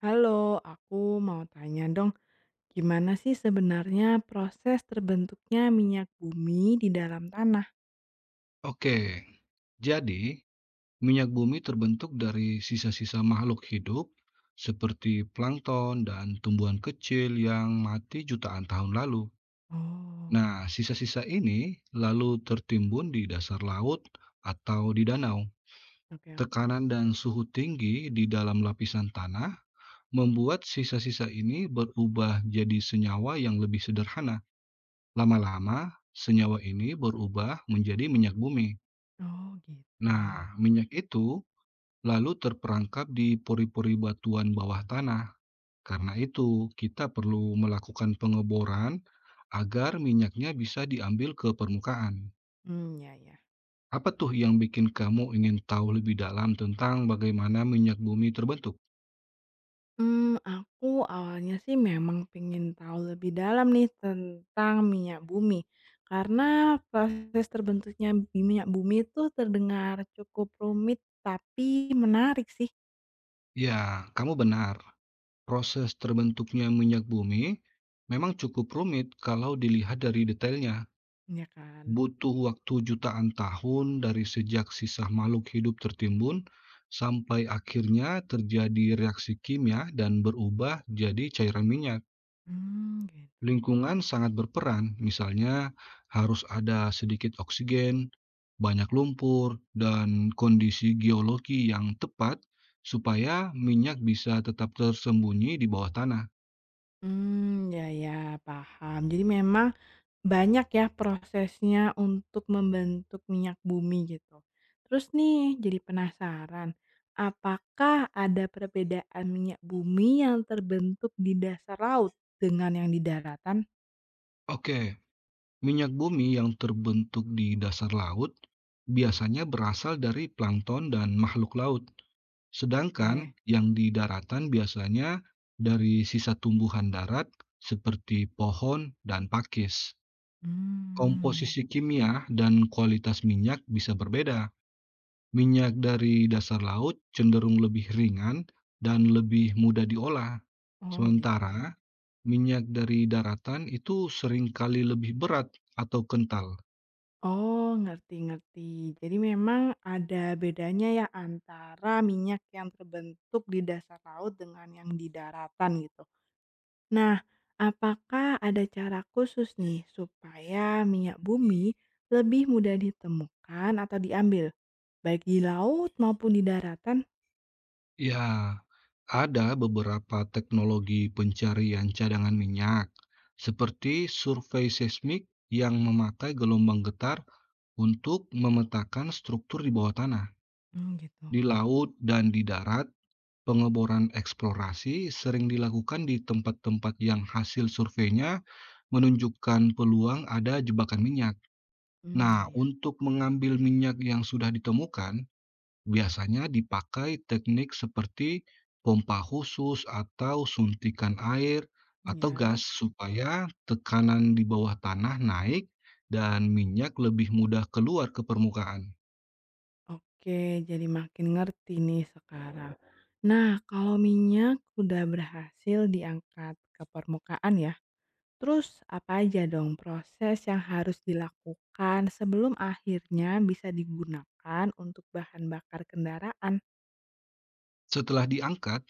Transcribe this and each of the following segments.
Halo, aku mau tanya dong, gimana sih sebenarnya proses terbentuknya minyak bumi di dalam tanah? Oke, jadi minyak bumi terbentuk dari sisa-sisa makhluk hidup seperti plankton dan tumbuhan kecil yang mati jutaan tahun lalu. Oh, Nah, sisa-sisa ini lalu tertimbun di dasar laut atau di danau. oke oke. Tekanan dan suhu tinggi di dalam lapisan tanah membuat sisa-sisa ini berubah jadi senyawa yang lebih sederhana. Lama-lama, senyawa ini berubah menjadi minyak bumi. Oh, gitu. Nah, minyak itu lalu terperangkap di pori-pori batuan bawah tanah. Karena itu, kita perlu melakukan pengeboran agar minyaknya bisa diambil ke permukaan. Hmm, ya ya. Apa tuh yang bikin kamu ingin tahu lebih dalam tentang bagaimana minyak bumi terbentuk? Hmm, aku awalnya sih memang pengen tahu lebih dalam nih tentang minyak bumi. Karena proses terbentuknya minyak bumi itu terdengar cukup rumit tapi menarik sih, Ya, kamu benar. Proses terbentuknya minyak bumi memang cukup rumit kalau dilihat dari detailnya. ya kan? Butuh waktu jutaan tahun dari sejak sisa makhluk hidup tertimbun sampai akhirnya terjadi reaksi kimia dan berubah jadi cairan minyak. Hmm, gitu. Lingkungan sangat berperan, misalnya harus ada sedikit oksigen, banyak lumpur, dan kondisi geologi yang tepat supaya minyak bisa tetap tersembunyi di bawah tanah. Mmm, ya ya, paham. Jadi memang banyak ya prosesnya untuk membentuk minyak bumi gitu. Terus nih jadi penasaran, apakah ada perbedaan minyak bumi yang terbentuk di dasar laut dengan yang di daratan? Oke, minyak bumi yang terbentuk di dasar laut biasanya berasal dari plankton dan makhluk laut, sedangkan Oke. yang di daratan biasanya dari sisa tumbuhan darat seperti pohon dan pakis. Hmm. Komposisi kimia dan kualitas minyak bisa berbeda. Minyak dari dasar laut cenderung lebih ringan dan lebih mudah diolah, Oh gitu. sementara minyak dari daratan itu seringkali lebih berat atau kental. Oh, ngerti ngerti. Jadi memang ada bedanya ya antara minyak yang terbentuk di dasar laut dengan yang di daratan gitu. Nah, apakah ada cara khusus nih supaya minyak bumi lebih mudah ditemukan atau diambil, baik di laut maupun di daratan? Ya, ada beberapa teknologi pencarian cadangan minyak, seperti survei seismik yang memakai gelombang getar untuk memetakan struktur di bawah tanah, Hmm, gitu. di laut, dan di darat. Pengeboran eksplorasi sering dilakukan di tempat-tempat yang hasil surveinya menunjukkan peluang ada jebakan minyak. Mmm, Nah, ya ya. untuk mengambil minyak yang sudah ditemukan, biasanya dipakai teknik seperti pompa khusus atau suntikan air atau gas Iya. supaya tekanan di bawah tanah naik dan minyak lebih mudah keluar ke permukaan. Oke, jadi makin ngerti nih sekarang. Nah, kalau minyak udah berhasil diangkat ke permukaan ya, terus apa aja dong proses yang harus dilakukan sebelum akhirnya bisa digunakan untuk bahan bakar kendaraan? Setelah diangkat,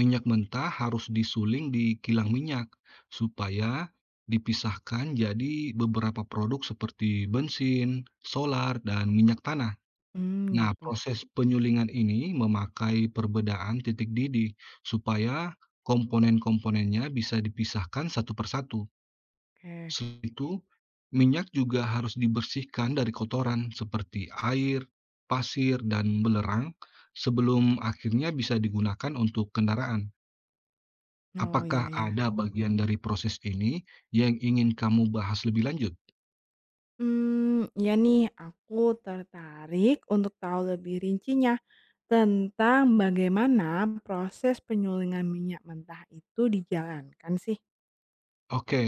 minyak mentah harus disuling di kilang minyak supaya dipisahkan jadi beberapa produk seperti bensin, solar, dan minyak tanah. Hmm Nah, gitu. proses penyulingan ini memakai perbedaan titik didih supaya komponen-komponennya bisa dipisahkan satu persatu. Oke. Selain itu, minyak juga harus dibersihkan dari kotoran seperti air, pasir, dan belerang sebelum akhirnya bisa digunakan untuk kendaraan. Oh, Apakah iya ya. ada bagian dari proses ini yang ingin kamu bahas lebih lanjut? Hmm ya nih, aku tertarik untuk tahu lebih rincinya tentang bagaimana proses penyulingan minyak mentah itu dijalankan sih. Oke.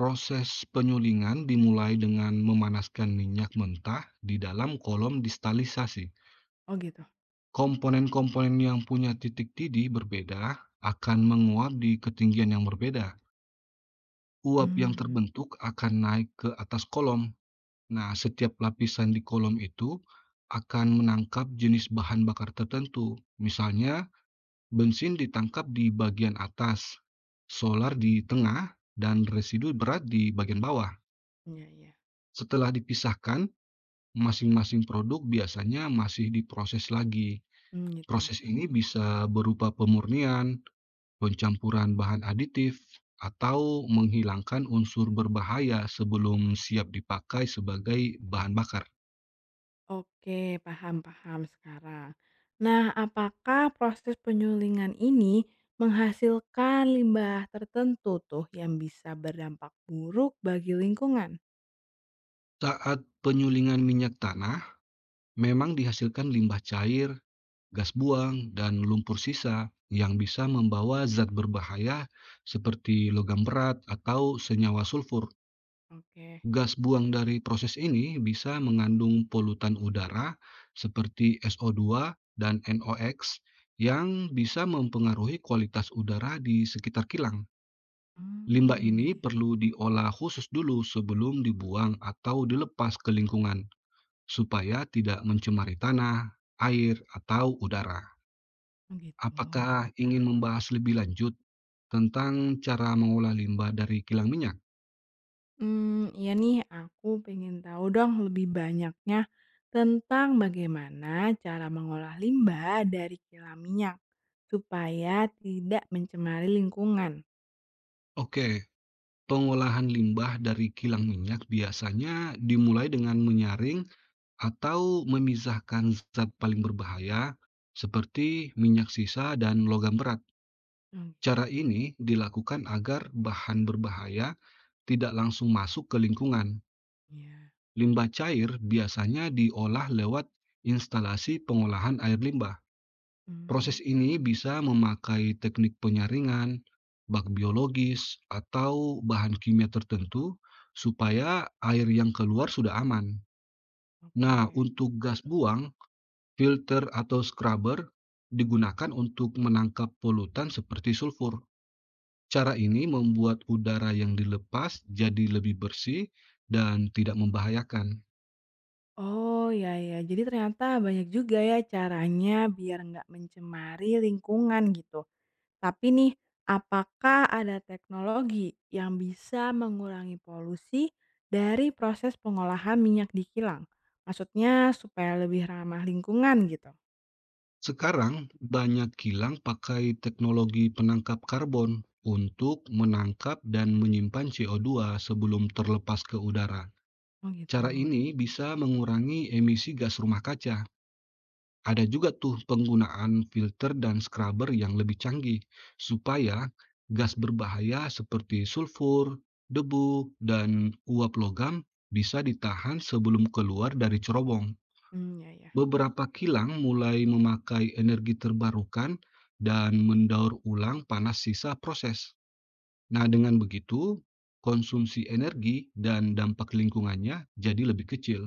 Proses penyulingan dimulai dengan memanaskan minyak mentah di dalam kolom distalisasi. Oh, gitu. Komponen-komponen yang punya titik didih berbeda akan menguap di ketinggian yang berbeda. Uap yang Hmm terbentuk akan naik ke atas kolom. Nah, setiap lapisan di kolom itu akan menangkap jenis bahan bakar tertentu. Misalnya, bensin ditangkap di bagian atas, solar di tengah, dan residu berat di bagian bawah. iya iya. Setelah dipisahkan, masing-masing produk biasanya masih diproses lagi. Hmm gitu ya. Proses ini bisa berupa pemurnian, pencampuran bahan aditif, atau menghilangkan unsur berbahaya sebelum siap dipakai sebagai bahan bakar. Oke, paham paham sekarang. Nah, apakah proses penyulingan ini menghasilkan limbah tertentu tuh yang bisa berdampak buruk bagi lingkungan? Saat penyulingan minyak tanah, memang dihasilkan limbah cair, gas buang, dan lumpur sisa yang bisa membawa zat berbahaya seperti logam berat atau senyawa sulfur. Oke. Gas buang dari proses ini bisa mengandung polutan udara seperti SO2 dan NOx yang bisa mempengaruhi kualitas udara di sekitar kilang. Limbah Hmm, ini ya ya. perlu diolah khusus dulu sebelum dibuang atau dilepas ke lingkungan, supaya tidak mencemari tanah, air, atau udara. Oh, gitu. Apakah ingin membahas lebih lanjut tentang cara mengolah limbah dari kilang minyak? Hmm, iya nih aku pengen tahu dong lebih banyaknya tentang bagaimana cara mengolah limbah dari kilang minyak, supaya tidak mencemari lingkungan. Oke, pengolahan limbah dari kilang minyak biasanya dimulai dengan menyaring atau memisahkan zat paling berbahaya seperti minyak sisa dan logam berat. Oh, Cara gitu. ini dilakukan agar bahan berbahaya tidak langsung masuk ke lingkungan. Iya. Limbah cair biasanya diolah lewat instalasi pengolahan air limbah. Proses Hmm, ini bisa memakai teknik penyaringan, bak biologis, atau bahan kimia tertentu supaya air yang keluar sudah aman. oke. Nah, untuk gas buang, filter atau scrubber digunakan untuk menangkap polutan seperti sulfur. Cara ini membuat udara yang dilepas jadi lebih bersih dan tidak membahayakan. Oh, ya ya. Jadi ternyata banyak juga ya caranya biar nggak mencemari lingkungan gitu. Tapi nih, apakah ada teknologi yang bisa mengurangi polusi dari proses pengolahan minyak di kilang? Maksudnya supaya lebih ramah lingkungan gitu? Sekarang banyak kilang pakai teknologi penangkap karbon untuk menangkap dan menyimpan CO2 sebelum terlepas ke udara. Oh Cara gitu, ini bisa mengurangi emisi gas rumah kaca. Ada juga tuh penggunaan filter dan scrubber yang lebih canggih supaya gas berbahaya seperti sulfur, debu, dan uap logam bisa ditahan sebelum keluar dari cerobong. mmm, ya ya. Beberapa kilang mulai memakai energi terbarukan dan mendaur ulang panas sisa proses. Nah, dengan begitu, konsumsi energi dan dampak lingkungannya jadi lebih kecil.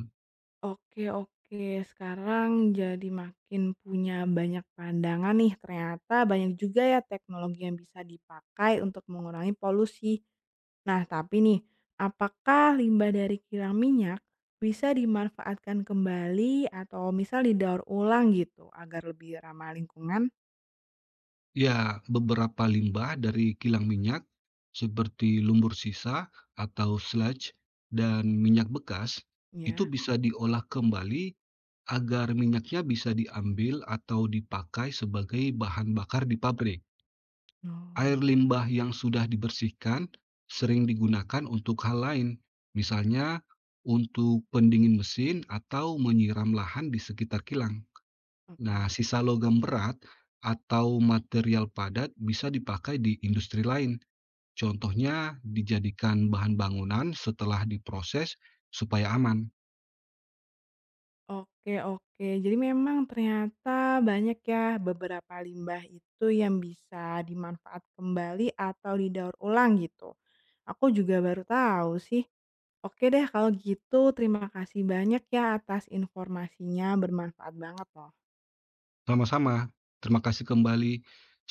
Oke oke, sekarang jadi makin punya banyak pandangan nih, ternyata banyak juga ya teknologi yang bisa dipakai untuk mengurangi polusi. Nah, tapi nih, apakah limbah dari kilang minyak bisa dimanfaatkan kembali atau misal didaur ulang gitu agar lebih ramah lingkungan? Ya, beberapa limbah dari kilang minyak seperti lumpur sisa atau sludge dan minyak bekas itu Ya. bisa diolah kembali agar minyaknya bisa diambil atau dipakai sebagai bahan bakar di pabrik. Air Oh, limbah yang sudah dibersihkan sering digunakan untuk hal lain, misalnya untuk pendingin mesin atau menyiram lahan di sekitar kilang. Nah, oke. sisa logam berat atau material padat bisa dipakai di industri lain. Contohnya dijadikan bahan bangunan setelah diproses supaya aman. Oke. Jadi memang ternyata banyak ya beberapa limbah itu yang bisa dimanfaat kembali atau didaur ulang gitu. Aku juga baru tahu sih. Oke deh kalau gitu terima kasih banyak ya atas informasinya bermanfaat banget loh. Sama-sama. Terima kasih kembali.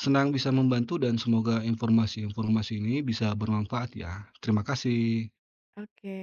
Senang bisa membantu dan semoga informasi-informasi ini bisa bermanfaat ya. Terima kasih. Oke.